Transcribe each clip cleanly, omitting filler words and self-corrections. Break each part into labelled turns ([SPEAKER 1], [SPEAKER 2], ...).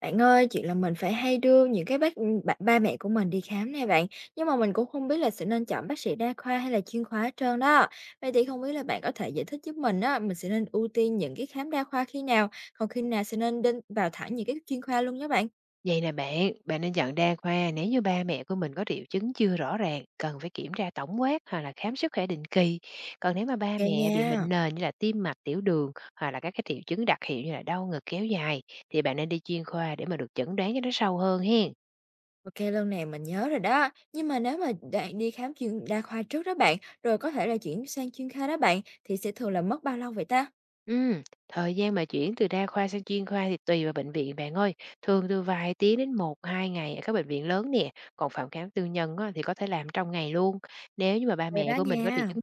[SPEAKER 1] Bạn ơi, chuyện là mình phải hay đưa những cái bác ba ba mẹ của mình đi khám nè bạn, nhưng mà mình cũng không biết là sẽ nên chọn bác sĩ đa khoa hay là chuyên khoa hết trơn đó. Vậy thì không biết là bạn có thể giải thích giúp mình á, mình sẽ nên ưu tiên những cái khám đa khoa khi nào, còn khi nào sẽ nên đến vào thẳng những cái chuyên khoa luôn nhé bạn?
[SPEAKER 2] Vậy nè bạn, bạn nên nhận đa khoa nếu như ba mẹ của mình có triệu chứng chưa rõ ràng, cần phải kiểm tra tổng quát hoặc là khám sức khỏe định kỳ. Còn nếu mà ba
[SPEAKER 1] Ok
[SPEAKER 2] mẹ bị bệnh
[SPEAKER 1] nha.
[SPEAKER 2] nền như là tim mạch, tiểu đường hoặc là các cái triệu chứng đặc hiệu như là đau ngực kéo dài thì bạn nên đi chuyên khoa để mà được chẩn đoán cho nó sâu hơn hen.
[SPEAKER 1] Ok, lần này mình nhớ rồi đó. Nhưng mà nếu mà bạn đi khám chuyên đa khoa trước đó bạn, rồi có thể là chuyển sang chuyên khoa đó bạn, thì sẽ thường là mất bao lâu vậy ta?
[SPEAKER 2] Ừ, thời gian mà chuyển từ đa khoa sang chuyên khoa thì tùy vào bệnh viện bạn ơi, thường từ vài tiếng đến một hai ngày ở các bệnh viện lớn nè, còn phòng khám tư nhân á, thì có thể làm trong ngày luôn. Nếu như mà ba
[SPEAKER 1] Rồi
[SPEAKER 2] mẹ
[SPEAKER 1] đó
[SPEAKER 2] của mình có triệu
[SPEAKER 1] nha.
[SPEAKER 2] chứng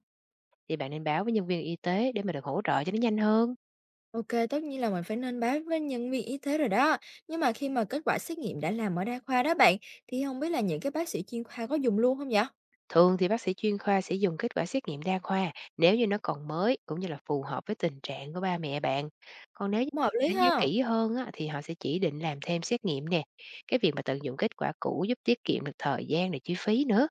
[SPEAKER 2] thì bạn nên báo với nhân viên y tế để mà được hỗ trợ cho nó nhanh hơn.
[SPEAKER 1] OK, tất nhiên là mình phải nên báo với nhân viên y tế rồi đó. Nhưng mà khi mà kết quả xét nghiệm đã làm ở đa khoa đó bạn, thì không biết là những cái bác sĩ chuyên khoa có dùng luôn không vậy?
[SPEAKER 2] Thường thì bác sĩ chuyên khoa sẽ dùng kết quả xét nghiệm đa khoa nếu như nó còn mới cũng như là phù hợp với tình trạng của ba mẹ bạn. Còn nếu như
[SPEAKER 1] Cũng hợp lý
[SPEAKER 2] đánh giá
[SPEAKER 1] ha.
[SPEAKER 2] kỹ hơn á, thì họ sẽ chỉ định làm thêm xét nghiệm nè. Cái việc mà tận dụng kết quả cũ giúp tiết kiệm được thời gian và chi phí nữa.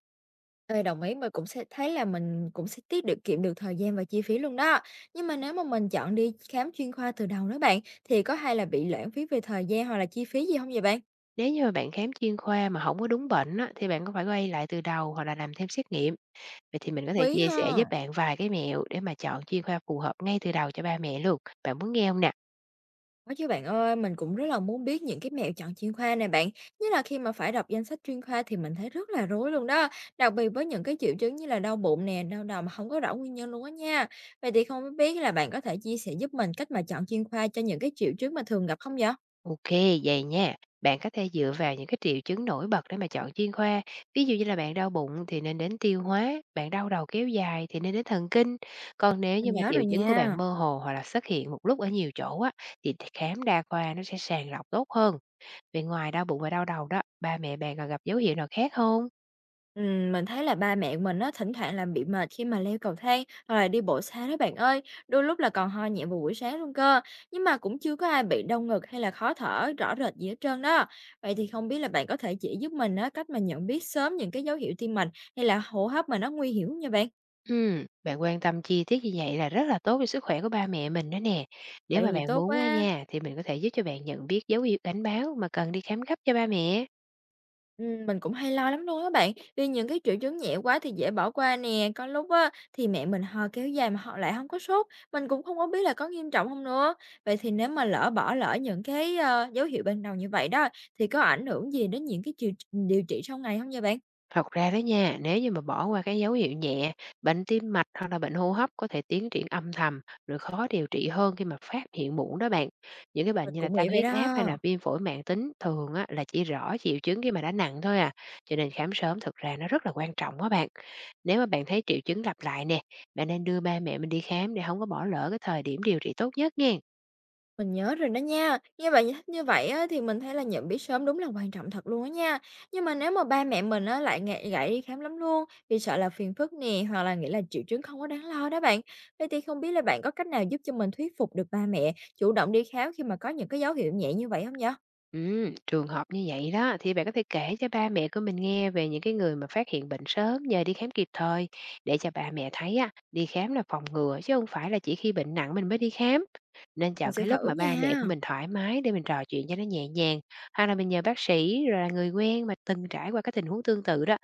[SPEAKER 1] Ê, đồng ý, mình cũng sẽ thấy là mình cũng sẽ tiết được kiệm được thời gian và chi phí luôn đó. Nhưng mà nếu mà mình chọn đi khám chuyên khoa từ đầu đó bạn, thì có hay là bị lãng phí về thời gian hoặc là chi phí gì không vậy bạn?
[SPEAKER 2] Nếu như mà bạn khám chuyên khoa mà không có đúng bệnh á, thì bạn có phải quay lại từ đầu hoặc là làm thêm xét nghiệm. Vậy thì mình có thể
[SPEAKER 1] Phí
[SPEAKER 2] chia sẻ với
[SPEAKER 1] ha.
[SPEAKER 2] bạn vài cái mẹo để mà chọn chuyên khoa phù hợp ngay từ đầu cho ba mẹ luôn. Bạn muốn nghe không nè?
[SPEAKER 1] Có chứ bạn ơi, mình cũng rất là muốn biết những cái mẹo chọn chuyên khoa này bạn. Nhất là khi mà phải đọc danh sách chuyên khoa thì mình thấy rất là rối luôn đó. Đặc biệt với những cái triệu chứng như là đau bụng nè, đau đầu mà không có rõ nguyên nhân luôn á nha. Vậy thì không biết là bạn có thể chia sẻ giúp mình cách mà chọn chuyên khoa cho những cái triệu chứng mà thường gặp không vậy?
[SPEAKER 2] OK, vậy nha. Bạn có thể dựa vào những cái triệu chứng nổi bật để mà chọn chuyên khoa. Ví dụ như là bạn đau bụng thì nên đến tiêu hóa, bạn đau đầu kéo dài thì nên đến thần kinh. Còn nếu
[SPEAKER 1] Mình
[SPEAKER 2] như mà
[SPEAKER 1] nhớ
[SPEAKER 2] triệu
[SPEAKER 1] rồi
[SPEAKER 2] chứng của bạn
[SPEAKER 1] nha.
[SPEAKER 2] mơ hồ hoặc là xuất hiện một lúc ở nhiều chỗ á, thì khám đa khoa nó sẽ sàng lọc tốt hơn. Vì ngoài đau bụng và đau đầu đó, ba mẹ bạn còn gặp dấu hiệu nào khác không?
[SPEAKER 1] Mình thấy là ba mẹ mình nó thỉnh thoảng là bị mệt khi mà leo cầu thang hoặc là đi bộ xa đó bạn ơi, đôi lúc là còn ho nhẹ vào buổi sáng luôn cơ, nhưng mà cũng chưa có ai bị đau ngực hay là khó thở rõ rệt gì hết trơn đó. Vậy thì không biết là bạn có thể chỉ giúp mình á, cách mà nhận biết sớm những cái dấu hiệu tim mạch hay là hô hấp mà nó nguy hiểm không nha bạn?
[SPEAKER 2] Bạn quan tâm chi tiết như vậy là rất là tốt cho sức khỏe của ba mẹ mình đó nè. Nếu
[SPEAKER 1] Vậy
[SPEAKER 2] mà
[SPEAKER 1] thì
[SPEAKER 2] bạn
[SPEAKER 1] tốt
[SPEAKER 2] muốn á
[SPEAKER 1] quá.
[SPEAKER 2] nha, thì mình có thể giúp cho bạn nhận biết dấu hiệu cảnh báo mà cần đi khám gấp cho ba mẹ.
[SPEAKER 1] Mình cũng hay lo lắm luôn á bạn, vì những cái triệu chứng nhẹ quá thì dễ bỏ qua nè, có lúc á thì mẹ mình ho kéo dài mà họ lại không có sốt, mình cũng không có biết là có nghiêm trọng không nữa. Vậy thì nếu mà lỡ bỏ lỡ những cái, dấu hiệu ban đầu như vậy đó, thì có ảnh hưởng gì đến những cái chiều điều trị sau này không vậy bạn?
[SPEAKER 2] Thật ra đó nha, nếu như mà bỏ qua cái dấu hiệu nhẹ, bệnh tim mạch hoặc là bệnh hô hấp có thể tiến triển âm thầm, rồi khó điều trị hơn khi mà phát hiện muộn đó bạn. Những cái bệnh
[SPEAKER 1] Mình
[SPEAKER 2] như là
[SPEAKER 1] cũng
[SPEAKER 2] tăng
[SPEAKER 1] nghĩ vậy
[SPEAKER 2] huyết
[SPEAKER 1] đó.
[SPEAKER 2] áp hay là viêm phổi mãn tính thường á, là chỉ rõ triệu chứng khi mà đã nặng thôi à. Cho nên khám sớm thực ra nó rất là quan trọng đó bạn. Nếu mà bạn thấy triệu chứng lặp lại nè, bạn nên đưa ba mẹ mình đi khám để không có bỏ lỡ cái thời điểm điều trị tốt nhất nha.
[SPEAKER 1] Mình nhớ rồi đó nha. Như vậy á, thì mình thấy là nhận biết sớm đúng là quan trọng thật luôn á nha. Nhưng mà nếu mà ba mẹ mình á, lại ngại gãy đi khám lắm luôn vì sợ là phiền phức nè hoặc là nghĩ là triệu chứng không có đáng lo đó bạn. Vậy thì không biết là bạn có cách nào giúp cho mình thuyết phục được ba mẹ chủ động đi khám khi mà có những cái dấu hiệu nhẹ như vậy không vậy?
[SPEAKER 2] Trường hợp như vậy đó thì bạn có thể kể cho ba mẹ của mình nghe về những cái người mà phát hiện bệnh sớm nhờ đi khám kịp thời để cho ba mẹ thấy á, đi khám là phòng ngừa chứ không phải là chỉ khi bệnh nặng mình mới đi khám. Nên
[SPEAKER 1] Mình
[SPEAKER 2] chọn
[SPEAKER 1] sẽ
[SPEAKER 2] cái lúc
[SPEAKER 1] thử
[SPEAKER 2] mà ba mẹ
[SPEAKER 1] nha.
[SPEAKER 2] của mình thoải mái để mình trò chuyện cho nó nhẹ nhàng hoặc là mình nhờ bác sĩ rồi là người quen mà từng trải qua cái tình huống tương tự đó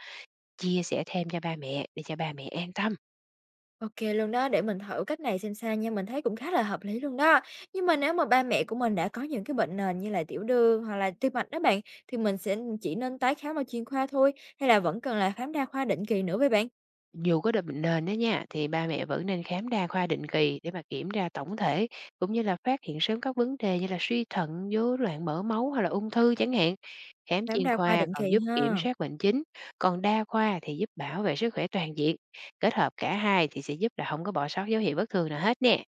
[SPEAKER 2] chia sẻ thêm cho ba mẹ để cho ba mẹ an tâm.
[SPEAKER 1] OK luôn đó, để mình thử cách này xem sao nha, mình thấy cũng khá là hợp lý luôn đó. Nhưng mà nếu mà ba mẹ của mình đã có những cái bệnh nền như là tiểu đường hoặc là tim mạch đó bạn, thì mình sẽ chỉ nên tái khám ở chuyên khoa thôi, hay là vẫn cần là khám đa khoa định kỳ nữa với bạn?
[SPEAKER 2] Dù có được bệnh nền đó nha, thì ba mẹ vẫn nên khám đa khoa định kỳ để mà kiểm tra tổng thể, cũng như là phát hiện sớm các vấn đề như là suy thận, rối loạn mỡ máu hoặc là ung thư chẳng hạn. Khám
[SPEAKER 1] Khám
[SPEAKER 2] chuyên
[SPEAKER 1] đa khoa
[SPEAKER 2] khoa
[SPEAKER 1] định
[SPEAKER 2] còn
[SPEAKER 1] kỳ
[SPEAKER 2] giúp kiểm
[SPEAKER 1] ha.
[SPEAKER 2] soát bệnh chính, còn đa khoa thì giúp bảo vệ sức khỏe toàn diện. Kết hợp cả hai thì sẽ giúp là không có bỏ sót dấu hiệu bất thường nào hết nè.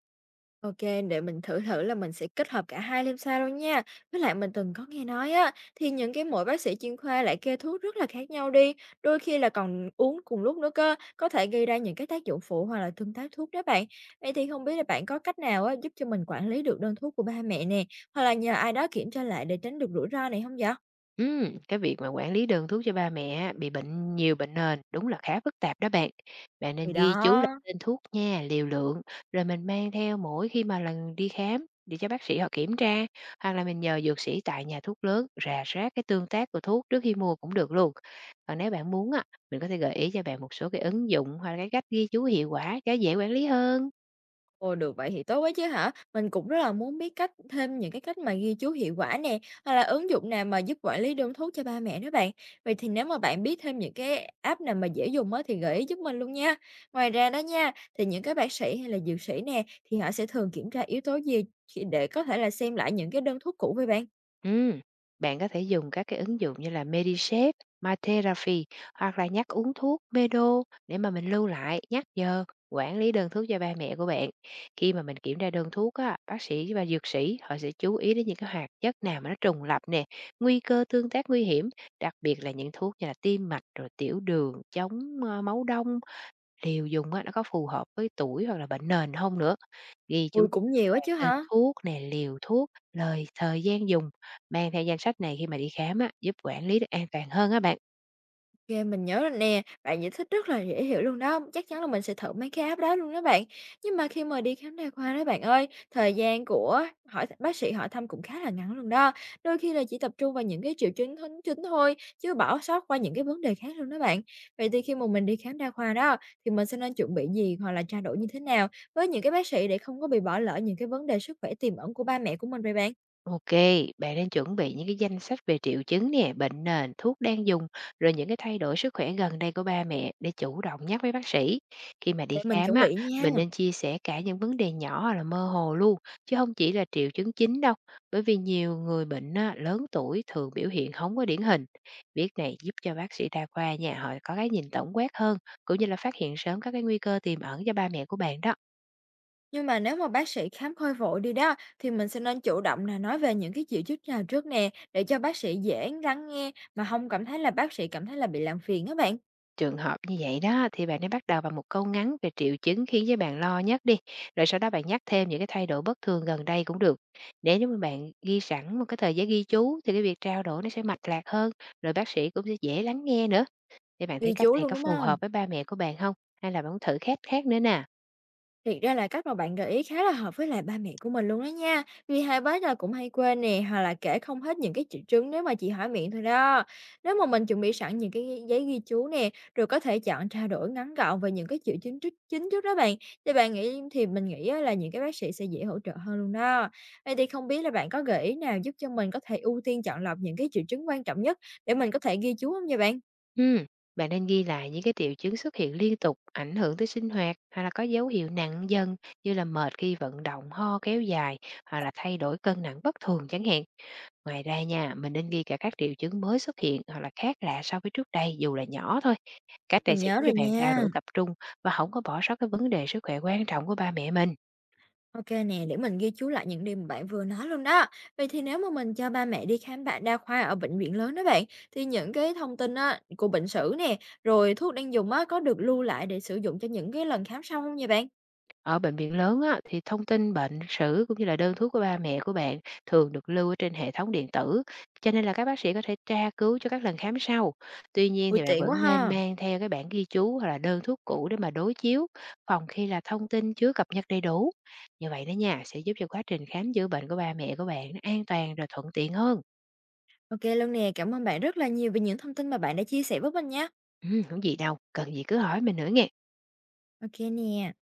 [SPEAKER 1] OK, để mình thử thử là mình sẽ kết hợp cả hai xem sao luôn nha. Với lại mình từng có nghe nói á, thì những cái mỗi bác sĩ chuyên khoa lại kê thuốc rất là khác nhau đi, đôi khi là còn uống cùng lúc nữa cơ, có thể gây ra những cái tác dụng phụ hoặc là tương tác thuốc đó bạn. Vậy thì không biết là bạn có cách nào á, giúp cho mình quản lý được đơn thuốc của ba mẹ nè, hoặc là nhờ ai đó kiểm tra lại để tránh được rủi ro này không vậy?
[SPEAKER 2] Cái việc mà quản lý đơn thuốc cho ba mẹ á, bị bệnh nhiều bệnh nền đúng là khá phức tạp đó bạn. Bạn
[SPEAKER 1] Thì
[SPEAKER 2] nên ghi chú lại
[SPEAKER 1] đó.
[SPEAKER 2] tên thuốc nha, liều lượng, rồi mình mang theo mỗi khi mà lần đi khám để cho bác sĩ họ kiểm tra, hoặc là mình nhờ dược sĩ tại nhà thuốc lớn rà soát cái tương tác của thuốc trước khi mua cũng được luôn. Còn nếu bạn muốn á, mình có thể gợi ý cho bạn một số cái ứng dụng hoặc là cái cách ghi chú hiệu quả cho dễ quản lý hơn.
[SPEAKER 1] Ồ, được vậy thì tốt quá chứ hả? Mình cũng rất là muốn biết cách thêm những cái cách mà ghi chú hiệu quả nè, hoặc là ứng dụng nào mà giúp quản lý đơn thuốc cho ba mẹ đó bạn. Vậy thì nếu mà bạn biết thêm những cái app nào mà dễ dùng á thì gợi ý giúp mình luôn nha. Ngoài ra đó nha, thì những cái bác sĩ hay là dược sĩ nè thì họ sẽ thường kiểm tra yếu tố gì khi- để có thể là xem lại những cái đơn thuốc cũ với bạn.
[SPEAKER 2] Ừm, bạn có thể dùng các cái ứng dụng như là MediSafe, MyTherapy hoặc là nhắc uống thuốc Medo để mà mình lưu lại, nhắc giờ, quản lý đơn thuốc cho ba mẹ của bạn. Khi mà mình kiểm tra đơn thuốc á, bác sĩ và dược sĩ họ sẽ chú ý đến những cái hoạt chất nào mà nó trùng lặp nè, nguy cơ tương tác nguy hiểm, đặc biệt là những thuốc như là tim mạch rồi tiểu đường, chống máu đông, liều dùng á, nó có phù hợp với tuổi hoặc là bệnh nền không nữa. Ghi chú
[SPEAKER 1] Ui cũng nhiều á
[SPEAKER 2] về
[SPEAKER 1] chứ
[SPEAKER 2] tên
[SPEAKER 1] hả?
[SPEAKER 2] thuốc nè, liều thuốc, thời gian dùng. Mang theo danh sách này khi mà đi khám á, giúp quản lý được an toàn hơn á bạn.
[SPEAKER 1] Ghê, mình nhớ rồi nè, bạn giải thích rất là dễ hiểu luôn đó, chắc chắn là mình sẽ thử mấy cái app đó luôn đó bạn. Nhưng mà khi mà đi khám đa khoa đó bạn ơi, thời gian của hỏi bác sĩ hỏi thăm cũng khá là ngắn luôn đó. Đôi khi là chỉ tập trung vào những cái triệu chứng thính chính thôi, chứ bỏ sót qua những cái vấn đề khác luôn đó bạn. Vậy thì khi mà mình đi khám đa khoa đó, thì mình sẽ nên chuẩn bị gì hoặc là trao đổi như thế nào với những cái bác sĩ để không có bị bỏ lỡ những cái vấn đề sức khỏe tiềm ẩn của ba mẹ của mình vậy bạn?
[SPEAKER 2] OK, bạn nên chuẩn bị những cái danh sách về triệu chứng nè, bệnh nền, thuốc đang dùng, rồi những cái thay đổi sức khỏe gần đây của ba mẹ để chủ động nhắc với bác sĩ. Khi mà đi
[SPEAKER 1] Để mình
[SPEAKER 2] khám
[SPEAKER 1] chuẩn
[SPEAKER 2] á,
[SPEAKER 1] bị nha.
[SPEAKER 2] mình nên chia sẻ cả những vấn đề nhỏ hoặc là mơ hồ luôn, chứ không chỉ là triệu chứng chính đâu. Bởi vì nhiều người bệnh á, lớn tuổi thường biểu hiện không có điển hình. Việc này giúp cho bác sĩ đa khoa nhà họ có cái nhìn tổng quát hơn, cũng như là phát hiện sớm các cái nguy cơ tiềm ẩn cho ba mẹ của bạn đó.
[SPEAKER 1] Nhưng mà nếu mà bác sĩ khám hơi vội đi đó, thì mình sẽ nên chủ động là nói về những cái triệu chứng nào trước nè, để cho bác sĩ dễ lắng nghe mà không cảm thấy là bác sĩ cảm thấy là bị làm phiền các bạn.
[SPEAKER 2] Trường hợp như vậy đó thì bạn nên bắt đầu bằng một câu ngắn về triệu chứng khiến với bạn lo nhất đi, rồi sau đó bạn nhắc thêm những cái thay đổi bất thường gần đây cũng được. Nếu như mà bạn ghi sẵn một cái thời gian ghi chú thì cái việc trao đổi nó sẽ mạch lạc hơn, rồi bác sĩ cũng sẽ dễ lắng nghe nữa. Thì bạn thấy
[SPEAKER 1] Ghi
[SPEAKER 2] cách
[SPEAKER 1] chú
[SPEAKER 2] này
[SPEAKER 1] luôn,
[SPEAKER 2] có
[SPEAKER 1] đúng
[SPEAKER 2] phù
[SPEAKER 1] không?
[SPEAKER 2] hợp với ba mẹ của bạn không? Hay là bạn muốn thử khác khác nữa nè?
[SPEAKER 1] Thiệt ra là cách mà bạn gợi ý khá là hợp với lại ba mẹ của mình luôn đó nha. Vì hai bé là cũng hay quên nè, hoặc là kể không hết những cái triệu chứng nếu mà chỉ hỏi miệng thôi đó. Nếu mà mình chuẩn bị sẵn những cái ghi- giấy ghi chú nè, rồi có thể chọn trao đổi ngắn gọn về những cái triệu chứng trước, chính trước đó bạn. Thì mình nghĩ á là những cái bác sĩ sẽ dễ hỗ trợ hơn luôn đó. Vậy thì không biết là bạn có gợi ý nào giúp cho mình có thể ưu tiên chọn lọc những cái triệu chứng quan trọng nhất để mình có thể ghi chú không nha bạn?
[SPEAKER 2] Ừm, Bạn nên ghi lại những cái triệu chứng xuất hiện liên tục, ảnh hưởng tới sinh hoạt hay là có dấu hiệu nặng dần như là mệt khi vận động, ho kéo dài hoặc là thay đổi cân nặng bất thường chẳng hạn. Ngoài ra nha, mình nên ghi cả các triệu chứng mới xuất hiện hoặc là khác lạ so với trước đây dù là nhỏ thôi. Cách này
[SPEAKER 1] Mình
[SPEAKER 2] sẽ
[SPEAKER 1] nhớ
[SPEAKER 2] giúp
[SPEAKER 1] rồi
[SPEAKER 2] cho bạn trao
[SPEAKER 1] nha.
[SPEAKER 2] đổi tập trung và không có bỏ sót cái vấn đề sức khỏe quan trọng của ba mẹ mình.
[SPEAKER 1] Ok nè, để mình ghi chú lại những điều mà bạn vừa nói luôn đó. Vậy thì nếu mà mình cho ba mẹ đi khám bệnh đa khoa ở bệnh viện lớn đó bạn, thì những cái thông tin á, của bệnh sử nè, rồi thuốc đang dùng á, có được lưu lại để sử dụng cho những cái lần khám sau không nha bạn?
[SPEAKER 2] Ở bệnh viện lớn á, thì thông tin bệnh sử cũng như là đơn thuốc của ba mẹ của bạn thường được lưu ở trên hệ thống điện tử, cho nên là các bác sĩ có thể tra cứu cho các lần khám sau. Tuy nhiên
[SPEAKER 1] Ui
[SPEAKER 2] thì bạn
[SPEAKER 1] tiện quá
[SPEAKER 2] vẫn nên
[SPEAKER 1] ha.
[SPEAKER 2] mang theo cái bản ghi chú hoặc là đơn thuốc cũ để mà đối chiếu, phòng khi là thông tin chưa cập nhật đầy đủ. Như vậy đó nha, sẽ giúp cho quá trình khám chữa bệnh của ba mẹ của bạn nó an toàn rồi thuận tiện hơn.
[SPEAKER 1] Ok luôn nè, cảm ơn bạn rất là nhiều về những thông tin mà bạn đã chia sẻ với mình nha.
[SPEAKER 2] Ừ, không gì đâu, cần gì cứ hỏi mình nữa nha.
[SPEAKER 1] Ok nè.